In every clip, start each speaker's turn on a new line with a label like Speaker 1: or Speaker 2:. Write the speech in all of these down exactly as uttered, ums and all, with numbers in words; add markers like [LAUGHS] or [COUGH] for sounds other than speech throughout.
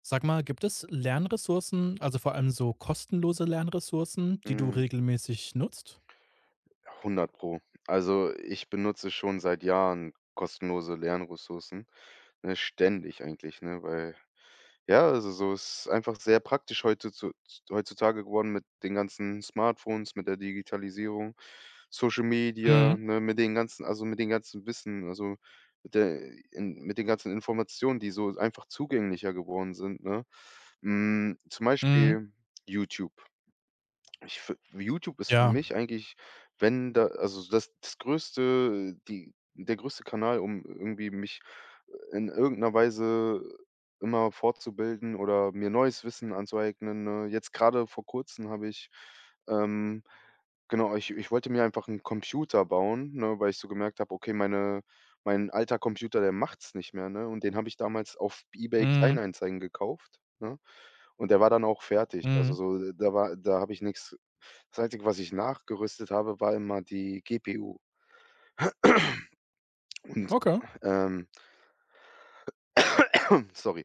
Speaker 1: Sag mal, gibt es Lernressourcen, also vor allem so kostenlose Lernressourcen, die du
Speaker 2: Hm,
Speaker 1: regelmäßig nutzt?
Speaker 2: hundert Pro. Also, ich benutze schon seit Jahren kostenlose Lernressourcen, ne, ständig eigentlich, ne, weil ja, also, so ist einfach sehr praktisch heute zu heutzutage geworden mit den ganzen Smartphones, mit der Digitalisierung, Social Media,
Speaker 1: Mhm,
Speaker 2: ne, mit den ganzen also, mit den ganzen Wissen, also, mit der in mit den ganzen Informationen, die so einfach zugänglicher geworden sind, ne? Hm, zum
Speaker 1: mhm,
Speaker 2: Beispiel YouTube. Ich fi YouTube ist für
Speaker 1: ja,
Speaker 2: mich eigentlich, wenn da also das das größte die der größte Kanal, um irgendwie mich in irgendeiner Weise immer fortzubilden oder mir neues Wissen anzueignen, ne? Jetzt gerade vor Kurzem habe ich, ähm genau, ich ich wollte mir einfach einen Computer bauen, ne, weil ich so gemerkt habe, okay, meine mein alter Computer, der macht's nicht mehr, ne? Und den habe ich damals auf eBay
Speaker 1: mhm,
Speaker 2: Kleinanzeigen gekauft, ne? Und der war dann auch fertig. Also,
Speaker 1: mhm.
Speaker 2: so äh, da war da habe ich nichts. Das Einzige, was ich nachgerüstet habe, war immer die G P U und,
Speaker 1: Okay,
Speaker 2: ähm [CLEARS THROAT] sorry.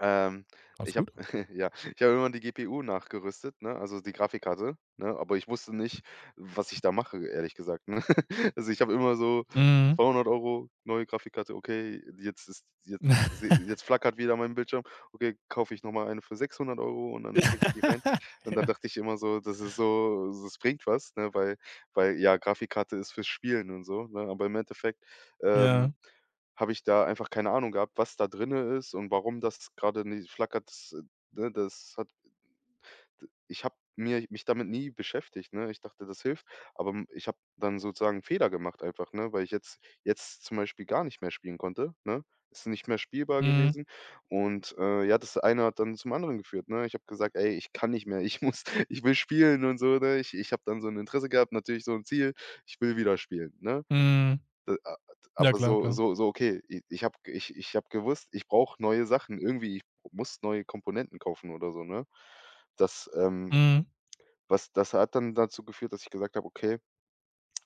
Speaker 2: Ähm,
Speaker 1: alles
Speaker 2: Ich
Speaker 1: gut.
Speaker 2: habe [LAUGHS] ja, ich habe immer die G P U nachgerüstet, ne, also die Grafikkarte, ne, aber ich wusste nicht, was ich da mache, ehrlich gesagt, ne? [LAUGHS] Also, ich habe immer so:
Speaker 1: Mhm.
Speaker 2: zweihundert Euro neue Grafikkarte, okay, jetzt ist jetzt se jetzt
Speaker 1: [LAUGHS]
Speaker 2: flackert wieder mein Bildschirm, okay, kaufe ich noch mal eine für sechshundert Euro und dann stecke ich die rein. Und dann
Speaker 1: Ja.
Speaker 2: dachte ich immer so, das ist so, das bringt was, ne, weil weil ja, Grafikkarte ist fürs Spielen und so, ne, aber im Endeffekt, ähm
Speaker 1: Ja,
Speaker 2: habe ich da einfach keine Ahnung gehabt, was da drinne ist und warum das gerade ni flackert, das, äh, ne, das hat ich habe mir mich damit nie beschäftigt, ne? Ich dachte, das hilft, aber, hm, ich habe dann sozusagen 'n Fehler gemacht einfach, ne, weil ich jetzt jetzt zum Beispiel gar nicht mehr spielen konnte, ne? Ist nicht mehr spielbar
Speaker 1: mhm,
Speaker 2: gewesen und, äh, ja, das eine hat dann zum anderen geführt, ne? Ich habe gesagt: „Ey, ich kann nicht mehr, ich muss [LAUGHS] ich will spielen und so“, ne? Ich ich habe dann so ein Interesse gehabt, natürlich so ein Ziel, ich will wieder spielen, ne?
Speaker 1: mhm.
Speaker 2: A
Speaker 1: Ja,
Speaker 2: aber
Speaker 1: klar,
Speaker 2: so
Speaker 1: klar.
Speaker 2: so so, okay, i ich habe ich ich habe gewusst, ich brauche neue Sachen irgendwie, ich muss neue Komponenten kaufen oder so, ne? Das, ähm
Speaker 1: Mhm.
Speaker 2: was das hat dann dazu geführt, dass ich gesagt habe: „Okay,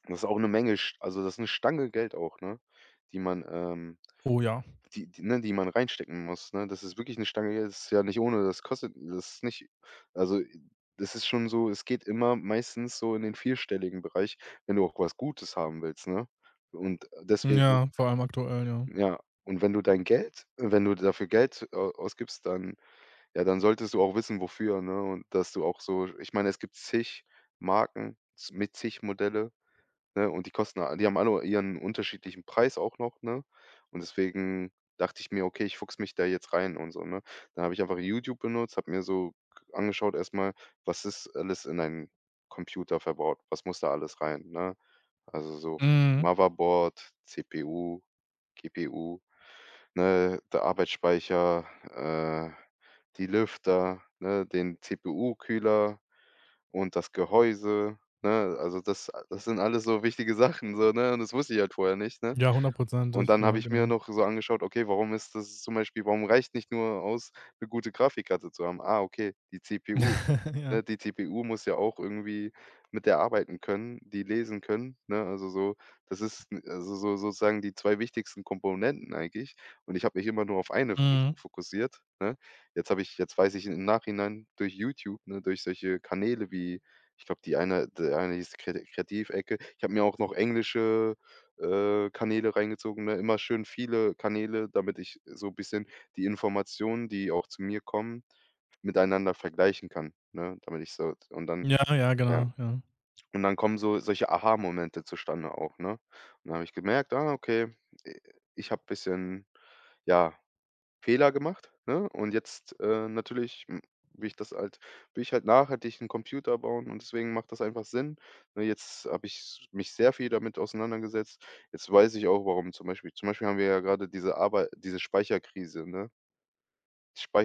Speaker 2: das ist auch 'ne Menge sch also, das ist 'ne Stange Geld auch, ne, die man, ähm
Speaker 1: Oh ja.
Speaker 2: die die ne, die man reinstecken muss, ne?“ Das ist wirklich 'ne Stange Geld, das ist ja nicht ohne, das kostet das ist nicht also, das ist schon so, es geht immer meistens so in den vierstelligen Bereich, wenn du auch was Gutes haben willst, ne? Und deswegen
Speaker 1: Ja, vor allem aktuell, ja.
Speaker 2: Ja, und wenn du dein Geld wenn du dafür Geld au ausgibst, dann ja, dann solltest du auch wissen, wofür, ne? Und dass du auch so, ich meine, es gibt zig Marken z mit zig Modelle, ne? Und die kosten a die haben alle ihren unterschiedlichen Preis auch noch, ne? Und deswegen dachte ich mir: „Okay, ich fuchse mich da jetzt rein und so“, ne? Dann habe ich einfach YouTube benutzt, habe mir so g angeschaut erstmal, was ist alles in einen Computer verbaut? Was muss da alles rein, ne? Also so
Speaker 1: Mhm.
Speaker 2: Motherboard, C P U, G P U. Ne, der Arbeitsspeicher, äh, die Lüfter, ne, den C P U-Kühler und das Gehäuse, ne? Also, das das sind alles so wichtige Sachen so, ne? Und das wusste ich halt vorher nicht, ne?
Speaker 1: Ja,
Speaker 2: Und
Speaker 1: hundertprozentig,
Speaker 2: dann
Speaker 1: ja,
Speaker 2: habe ich mir
Speaker 1: genau.
Speaker 2: noch so angeschaut, okay, warum ist das zum Beispiel warum reicht nicht nur aus, eine gute Grafikkarte zu haben? Ah, okay, die C P U,
Speaker 1: [LAUGHS] Ja.
Speaker 2: ne? Die C P U muss ja auch irgendwie mit der arbeiten können, die lesen können, ne? Also, so das ist n also, so sozusagen die zwei wichtigsten Komponenten eigentlich. Und ich habe mich immer nur auf eine fo
Speaker 1: Mhm.
Speaker 2: fokussiert, ne? Jetzt habe ich jetzt weiß ich im Nachhinein durch YouTube, ne, durch solche Kanäle wie, ich glaube, die eine der eine hieß Kreati Kreativecke. Ich habe mir auch noch englische äh, Kanäle reingezogen, ne? Immer schön viele Kanäle, damit ich so ein bisschen die Informationen, die auch zu mir kommen, miteinander vergleichen kann, ne? Damit ich so und dann
Speaker 1: Ja, ja,
Speaker 2: ja,
Speaker 1: genau, ja.
Speaker 2: und dann kommen so solche Aha-Momente zustande auch, ne? Und dann habe ich gemerkt: „Ah, okay, äh, ich habe bisschen, ja, Fehler gemacht, ne? Und jetzt, äh, natürlich, hm, will ich das halt will ich halt nachhaltig einen Computer bauen und deswegen macht das einfach Sinn. Ne, jetzt habe ich s mich sehr viel damit auseinandergesetzt. Jetzt weiß ich auch, warum zum Beispiel zum Beispiel haben wir ja gerade diese Arbeit diese Speicherkrise, ne?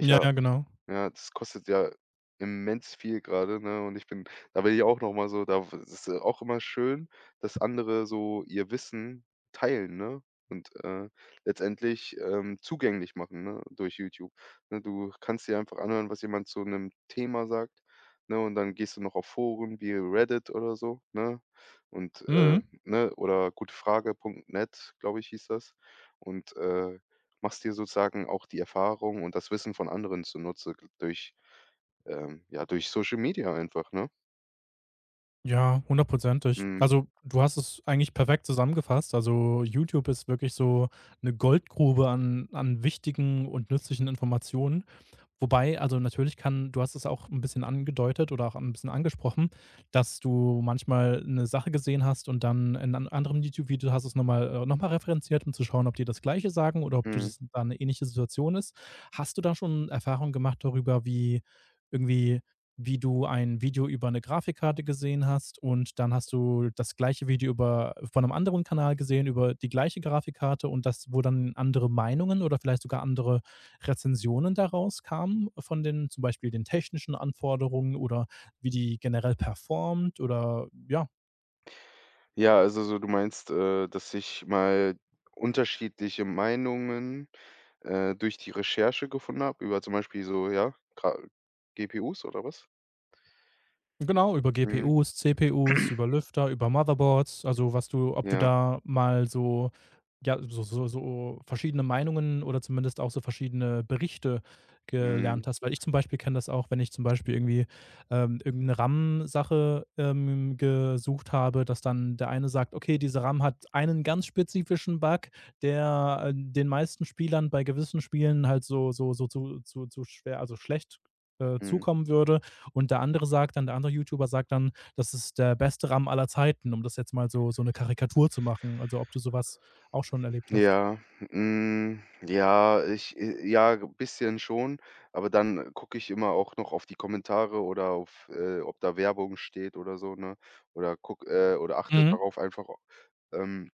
Speaker 1: Ja, ja, genau.
Speaker 2: ja, das kostet ja immens viel gerade, ne? Und ich bin da, will ich auch noch mal so, da w es ist äh, auch immer schön, dass andere so ihr Wissen teilen, ne? Und, äh, letztendlich, ähm, zugänglich machen, ne, durch YouTube, ne? Du kannst dir einfach anhören, was jemand zu einem Thema sagt, ne? Und dann gehst du noch auf Foren wie Reddit oder so, ne? Und, äh,
Speaker 1: Mhm.
Speaker 2: ne, oder gutefrage punkt net, glaube ich, hieß das. Und, äh Machst dir sozusagen auch die Erfahrung und das Wissen von anderen zunutze g durch, ähm ja, durch Social Media einfach, ne?
Speaker 1: Ja, hundertprozentig.
Speaker 2: Mhm,
Speaker 1: Also, du hast es eigentlich perfekt zusammengefasst. Also, YouTube ist wirklich so eine Goldgrube an an wichtigen und nützlichen Informationen. Wobei, also natürlich kann du hast es auch ein bisschen angedeutet oder auch ein bisschen angesprochen, dass du manchmal eine Sache gesehen hast und dann in einem anderen YouTube-Video hast du's noch mal äh, noch mal referenziert, um zu schauen, ob die das Gleiche sagen oder ob du
Speaker 2: mhm.
Speaker 1: das da eine ähnliche Situation ist. Hast du da schon Erfahrungen gemacht darüber, wie irgendwie wie du ein Video über eine Grafikkarte gesehen hast und dann hast du das gleiche Video über von einem anderen Kanal gesehen über die gleiche Grafikkarte und das wo dann andere Meinungen oder vielleicht sogar andere Rezensionen daraus kamen von den zum Beispiel den technischen Anforderungen oder wie die generell performt oder ja.
Speaker 2: Ja, also so du meinst, äh, dass ich mal unterschiedliche Meinungen, äh, durch die Recherche gefunden habe über zum Beispiel so, ja, Gra G P Us oder was?
Speaker 1: Genau, über
Speaker 2: Mhm,
Speaker 1: G P Us, C P Us, über Lüfter, über Motherboards, also, was du ob du
Speaker 2: ja,
Speaker 1: da mal so ja, so so so verschiedene Meinungen oder zumindest auch so verschiedene Berichte
Speaker 2: mhm,
Speaker 1: gelernt hast. Weil ich zum Beispiel kenne das auch, wenn ich zum Beispiel irgendwie, ähm, irgend 'ne RAM-Sache, ähm, gesucht habe, dass dann der eine sagt: „Okay, diese RAM hat einen ganz spezifischen Bug, der, äh, den meisten Spielern bei gewissen Spielen halt so so so zu zu zu schwer, also schlecht, äh,
Speaker 2: mhm.
Speaker 1: zukommen würde.“ Und der andere sagt dann der andere YouTuber sagt dann: „Das ist der beste RAM aller Zeiten“, um das jetzt mal so so eine Karikatur zu machen. Also, ob du sowas auch schon erlebt hast?
Speaker 2: Ja, hm, ja, ich äh, ja, ein bisschen schon, aber dann gucke ich immer auch noch auf die Kommentare oder auf, äh, ob da Werbung steht oder so, ne? Oder guck, äh, oder achte
Speaker 1: Mhm.
Speaker 2: darauf einfach, ähm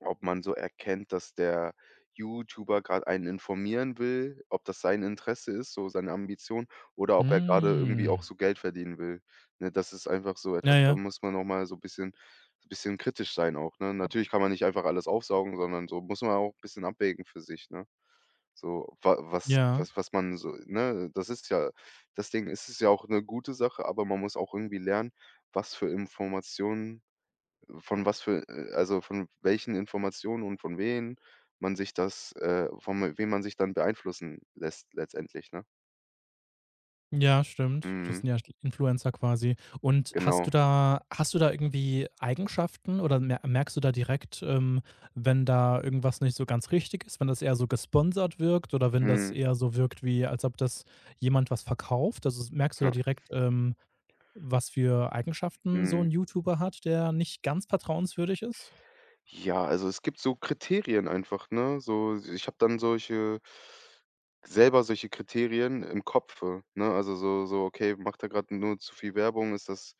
Speaker 2: ob man so erkennt, dass der YouTuber gerade einen informieren will, ob das sein Interesse ist, so seine Ambition oder ob er gerade irgendwie auch
Speaker 1: Hm.
Speaker 2: so Geld verdienen will, ne? Das ist einfach so
Speaker 1: Ja,
Speaker 2: etwas, da
Speaker 1: ja.
Speaker 2: muss man noch mal so bisschen bisschen kritisch sein auch, ne? Natürlich kann man nicht einfach alles aufsaugen, sondern so muss man auch ein bisschen abwägen für sich, ne? So, wa was
Speaker 1: Ja.
Speaker 2: was was man so, ne? Das ist ja das Ding. Ist es ja auch eine gute Sache, aber man muss auch irgendwie lernen, was für Informationen von was für äh, also, von welchen Informationen und von wen man sich das äh, von wem man sich dann beeinflussen lässt letztendlich, ne?
Speaker 1: Ja, stimmt. Das
Speaker 2: Mhm,
Speaker 1: sind ja st Influencer quasi. Und hast
Speaker 2: genau.
Speaker 1: du da hast du da irgendwie Eigenschaften oder mer merkst du da direkt, ähm, wenn da irgendwas nicht so ganz richtig ist, wenn das eher so gesponsert wirkt oder wenn das
Speaker 2: Mhm,
Speaker 1: eher so wirkt, wie als ob das jemand was verkauft? Also, s merkst du da
Speaker 2: ja,
Speaker 1: direkt, ähm was für Eigenschaften so
Speaker 2: mhm.
Speaker 1: ein YouTuber hat, der nicht ganz vertrauenswürdig ist?
Speaker 2: Ja, also es gibt so Kriterien einfach, ne? So, ich habe dann solche selber solche Kriterien im Kopfe, ne? Also so so, okay, macht er gerade nur zu viel Werbung? Ist das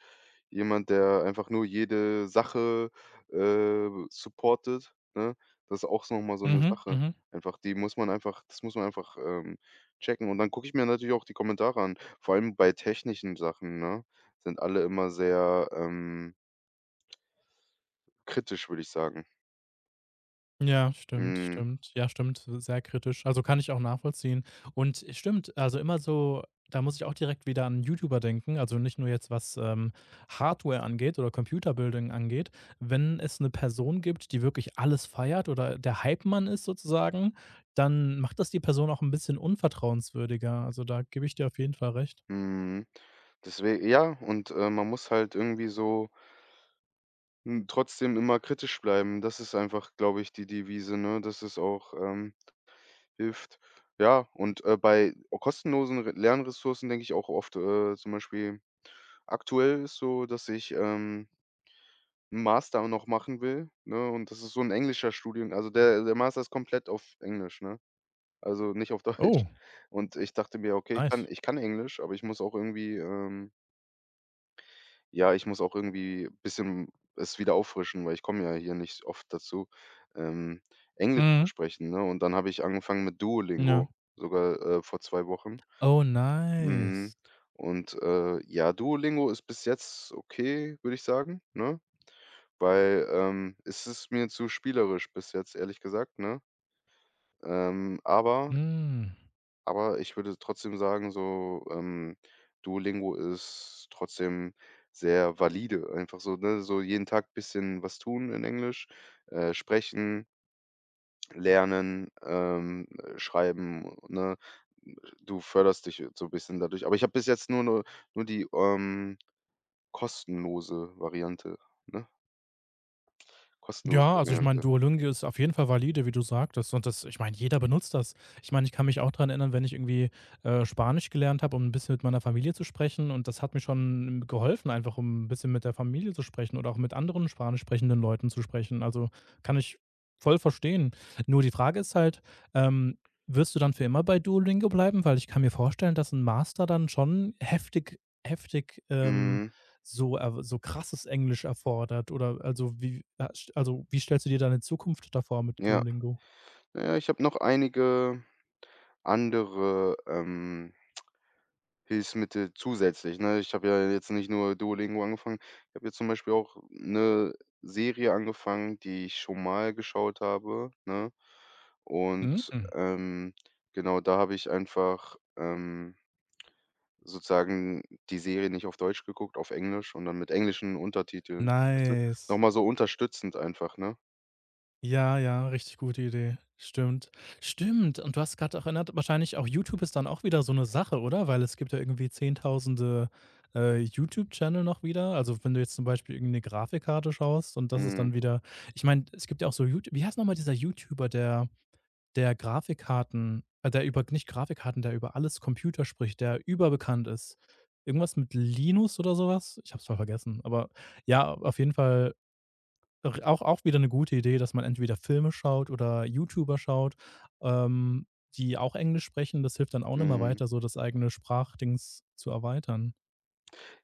Speaker 2: jemand, der einfach nur jede Sache, äh, supportet, ne? Das ist auch so noch mal so eine
Speaker 1: Mhm,
Speaker 2: Sache.
Speaker 1: mhm.
Speaker 2: Einfach, die muss man einfach das muss man einfach, ähm, checken. Und dann gucke ich mir natürlich auch die Kommentare an. Vor allem bei technischen Sachen, ne, sind alle immer sehr, ähm, kritisch, würde ich sagen.
Speaker 1: Ja, stimmt,
Speaker 2: Mhm.
Speaker 1: stimmt. Ja, stimmt, sehr kritisch. Also, kann ich auch nachvollziehen. Und äh, stimmt, also, immer so, da muss ich auch direkt wieder an YouTuber denken, also, nicht nur jetzt, was, ähm, Hardware angeht oder Computerbuilding angeht. Wenn es eine Person gibt, die wirklich alles feiert oder der Hype-Mann ist sozusagen, dann macht das die Person auch ein bisschen unvertrauenswürdiger. Also, da gebe ich dir auf jeden Fall recht.
Speaker 2: Mhm. Deswe ja, und, äh, man muss halt irgendwie so, hm, trotzdem immer kritisch bleiben. Das ist einfach, glaube ich, die Devise, ne, dass es auch, ähm, hilft. Ja, und, äh, bei o- kostenlosen Re Lernressourcen denke ich auch oft, äh, zum Beispiel aktuell ist so, dass ich, ähm, 'n Master noch machen will, ne, und das ist so ein englischer Studien also, der der Master ist komplett auf Englisch, ne? Also, nicht auf [LAUGHS] Deutsch.
Speaker 1: Oh,
Speaker 2: Und ich dachte mir: „Okay, ich kann
Speaker 1: nice.
Speaker 2: ich kann Englisch, aber ich muss auch irgendwie, ähm“. Ja, ich muss auch irgendwie ein bisschen es wieder auffrischen, weil ich komme ja hier nicht oft dazu, ähm, Englisch zu
Speaker 1: Mhm,
Speaker 2: sprechen, ne? Und dann habe ich angefangen mit
Speaker 1: ja.
Speaker 2: Duolingo, sogar, äh, vor zwei Wochen.
Speaker 1: Oh,
Speaker 2: Mhm.
Speaker 1: nice.
Speaker 2: Und, äh, ja, Duolingo ist bis jetzt okay, würde ich sagen, ne? Weil, ähm, es ist mir zu spielerisch bis jetzt, ehrlich gesagt, ne? Ähm, aber
Speaker 1: Mhm.
Speaker 2: Aber ich würde trotzdem sagen, so, ähm, Duolingo ist trotzdem sehr valide. Einfach so, ne, so jeden Tag bisschen was tun in Englisch, äh, sprechen, lernen, ähm, äh, schreiben, ne? Du förderst dich so 'n bisschen dadurch. Aber ich habe bis jetzt nur 'ne nur die, ähm, kostenlose Variante, ne? Kostenlose
Speaker 1: Ja, also ich meine,
Speaker 2: Variante.
Speaker 1: Duolingo ist auf jeden Fall valide, wie du sagtest. Und das, ich meine, jeder benutzt das. Ich meine, ich kann mich auch daran erinnern, wenn ich irgendwie äh, Spanisch gelernt habe, um ein bisschen mit meiner Familie zu sprechen. Und das hat mir schon geholfen, einfach um ein bisschen mit der Familie zu sprechen oder auch mit anderen spanisch sprechenden Leuten zu sprechen. Also kann ich voll verstehen. Nur die Frage ist halt, ähm, wirst du dann für immer bei Duolingo bleiben? Weil ich kann mir vorstellen, dass ein Master dann schon heftig, heftig, ähm,
Speaker 2: Mhm.
Speaker 1: so er so krasses Englisch erfordert, oder also wie, also, wie stellst du dir deine Zukunft davor mit
Speaker 2: Ja.
Speaker 1: Duolingo?
Speaker 2: Ja, ich habe noch einige andere, ähm Hilfsmittel zusätzlich, ne? Ich habe ja jetzt nicht nur Duolingo angefangen. Ich habe jetzt zum Beispiel auch eine Serie angefangen, die ich schon mal geschaut habe, ne? Und,
Speaker 1: Mhm.
Speaker 2: ähm, genau, da habe ich einfach, ähm, sozusagen die Serie nicht auf Deutsch geguckt, auf Englisch und dann mit englischen Untertiteln, weißt du? Noch
Speaker 1: Nice.
Speaker 2: mal so unterstützend einfach, ne?
Speaker 1: Ja, ja, richtig gute Idee. Stimmt. Stimmt. Und du hast gerade auch erinnert, wahrscheinlich auch YouTube ist dann auch wieder so eine Sache, oder? Weil es gibt ja irgendwie Zehntausende, äh, YouTube-Channel noch wieder. Also, wenn du jetzt zum Beispiel irgend 'ne Grafikkarte schaust und das ist
Speaker 2: Mhm,
Speaker 1: dann wieder, ich meine, es gibt ja auch so Youtu wie heißt noch mal dieser YouTuber, der der Grafikkarten, äh, der über, nicht Grafikkarten, der über alles Computer spricht, der überbekannt ist. Irgendwas mit Linus oder sowas? Ich habe es voll vergessen, aber ja, auf jeden Fall, r auch auch wieder eine gute Idee, dass man entweder Filme schaut oder YouTuber schaut, ähm, die auch Englisch sprechen. Das hilft dann auch noch mal
Speaker 2: mhm.
Speaker 1: weiter, so das eigene Sprachdings zu erweitern.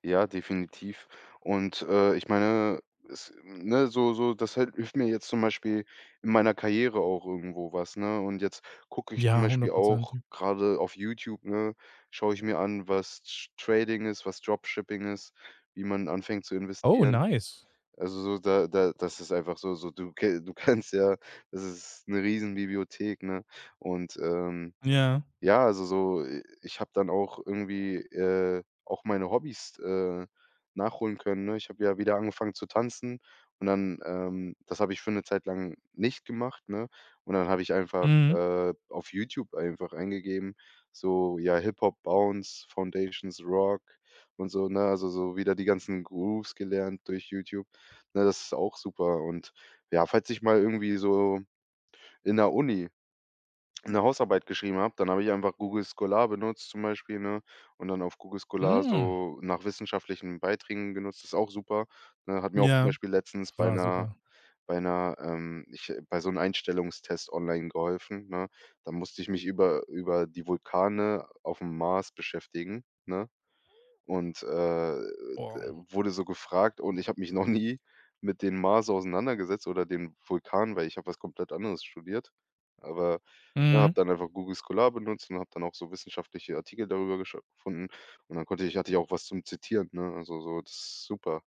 Speaker 2: Ja, definitiv. Und, äh, ich meine, es ne, so so das hält hilft mir jetzt zum Beispiel in meiner Karriere auch irgendwo was, ne? Und jetzt gucke ich zum
Speaker 1: Ja,
Speaker 2: Beispiel auch
Speaker 1: hundertprozentig.
Speaker 2: gerade auf YouTube, ne, schaue ich mir an, was Ch Trading ist, was Dropshipping ist, wie man anfängt zu
Speaker 1: Oh,
Speaker 2: investieren.
Speaker 1: nice.
Speaker 2: Also, so da da das ist einfach so so du ke du [LAUGHS] kannst ja, das ist eine Riesenbibliothek, ne? Und, ähm
Speaker 1: Ja.
Speaker 2: ja, also so, i ich habe dann auch irgendwie, äh, auch meine Hobbys, äh, nachholen können, ne? Ich habe ja wieder angefangen zu tanzen und dann, ähm das habe ich für eine Zeit lang nicht gemacht, ne? Und dann habe ich einfach,
Speaker 1: Mhm.
Speaker 2: äh, auf YouTube einfach eingegeben, so, ja, Hip-Hop, Bounce, Foundations, Rock und so, ne? Also, so wieder die ganzen Grooves gelernt durch YouTube, ne? Das ist auch super und ja, falls ich mal irgendwie so in der Uni eine Hausarbeit geschrieben habe, dann habe ich einfach Google Scholar benutzt zum Beispiel, ne, und dann auf Google Scholar
Speaker 1: Hm.
Speaker 2: so nach wissenschaftlichen Beiträgen genutzt, ist auch super, ne? Hat mir auch zum
Speaker 1: Ja.
Speaker 2: Beispiel letztens
Speaker 1: Das
Speaker 2: bei
Speaker 1: war
Speaker 2: einer
Speaker 1: super.
Speaker 2: bei einer ähm ich äh, bei so einem Einstellungstest online geholfen, ne? Da musste ich mich über über die Vulkane auf dem Mars beschäftigen, ne? Und, äh,
Speaker 1: Boah.
Speaker 2: wurde so gefragt und ich habe mich noch nie mit den Mars auseinandergesetzt oder den Vulkan, weil ich habe was komplett anderes studiert. Aber, ja, habe
Speaker 1: Mhm.
Speaker 2: dann einfach Google Scholar benutzt und habe dann auch so wissenschaftliche Artikel darüber gesch gefunden und dann konnte ich hatte ich auch was zum Zitieren, ne? Also, so, das ist super,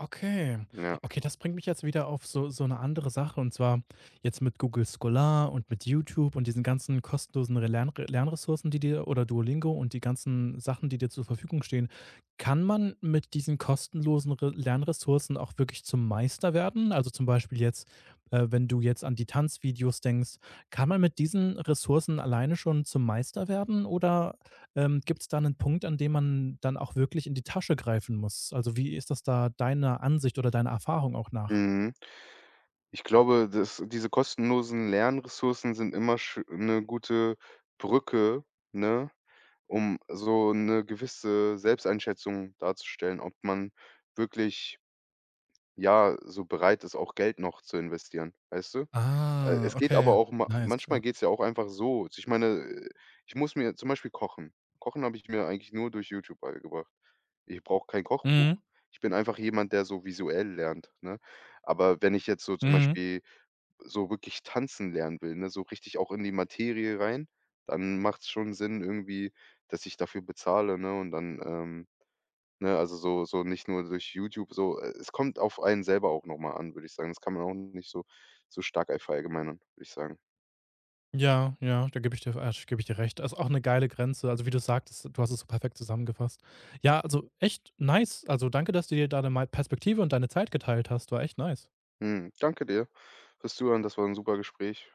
Speaker 1: Okay.
Speaker 2: ja.
Speaker 1: Okay, das bringt mich jetzt wieder auf so so eine andere Sache, und zwar jetzt mit Google Scholar und mit YouTube und diesen ganzen kostenlosen Re Lern Lernressourcen, die dir, oder Duolingo und die ganzen Sachen, die dir zur Verfügung stehen. Kann man mit diesen kostenlosen Re Lernressourcen auch wirklich zum Meister werden? Also, zum Beispiel jetzt, äh, wenn du jetzt an die Tanzvideos denkst, kann man mit diesen Ressourcen alleine schon zum Meister werden, oder ähm, gibt es da einen Punkt, an dem man dann auch wirklich in die Tasche greifen muss? Also, wie ist das da deiner Ansicht oder deiner Erfahrung auch nach?
Speaker 2: Mhm. Ich glaube, dass diese kostenlosen Lernressourcen sind immer sch 'ne gute Brücke, ne? Um so eine gewisse Selbsteinschätzung darzustellen, ob man wirklich, ja, so bereit ist, auch Geld noch zu investieren, weißt du? Äh,
Speaker 1: Ah,
Speaker 2: es geht
Speaker 1: okay.
Speaker 2: aber auch ma
Speaker 1: Nice,
Speaker 2: manchmal
Speaker 1: ja.
Speaker 2: geht's ja auch einfach so. Ich meine, äh, ich muss mir zum Beispiel kochen. Kochen habe ich mir eigentlich nur durch YouTube beigebracht. Ich brauche kein Kochbuch.
Speaker 1: Mhm,
Speaker 2: Ich bin einfach jemand, der so visuell lernt, ne? Aber wenn ich jetzt so zum
Speaker 1: mhm.
Speaker 2: Beispiel so wirklich tanzen lernen will, ne, so richtig auch in die Materie rein, dann macht es schon Sinn irgendwie, dass ich dafür bezahle, ne, und dann, ähm ne, also so so nicht nur durch YouTube, so äh, es kommt auf einen selber auch noch mal an, würde ich sagen. Das kann man auch nicht so so stark verallgemeinern, würde ich sagen.
Speaker 1: Ja, ja, da gebe ich dir äh, gebe ich dir recht. Das ist auch eine geile Grenze. Also, wie du sagtest, du hast es so perfekt zusammengefasst. Ja, also echt nice. Also, danke, dass du dir da de Perspektive und deine Zeit geteilt hast. War echt nice.
Speaker 2: Mhm, danke dir fürs Zuhören, das war ein super Gespräch.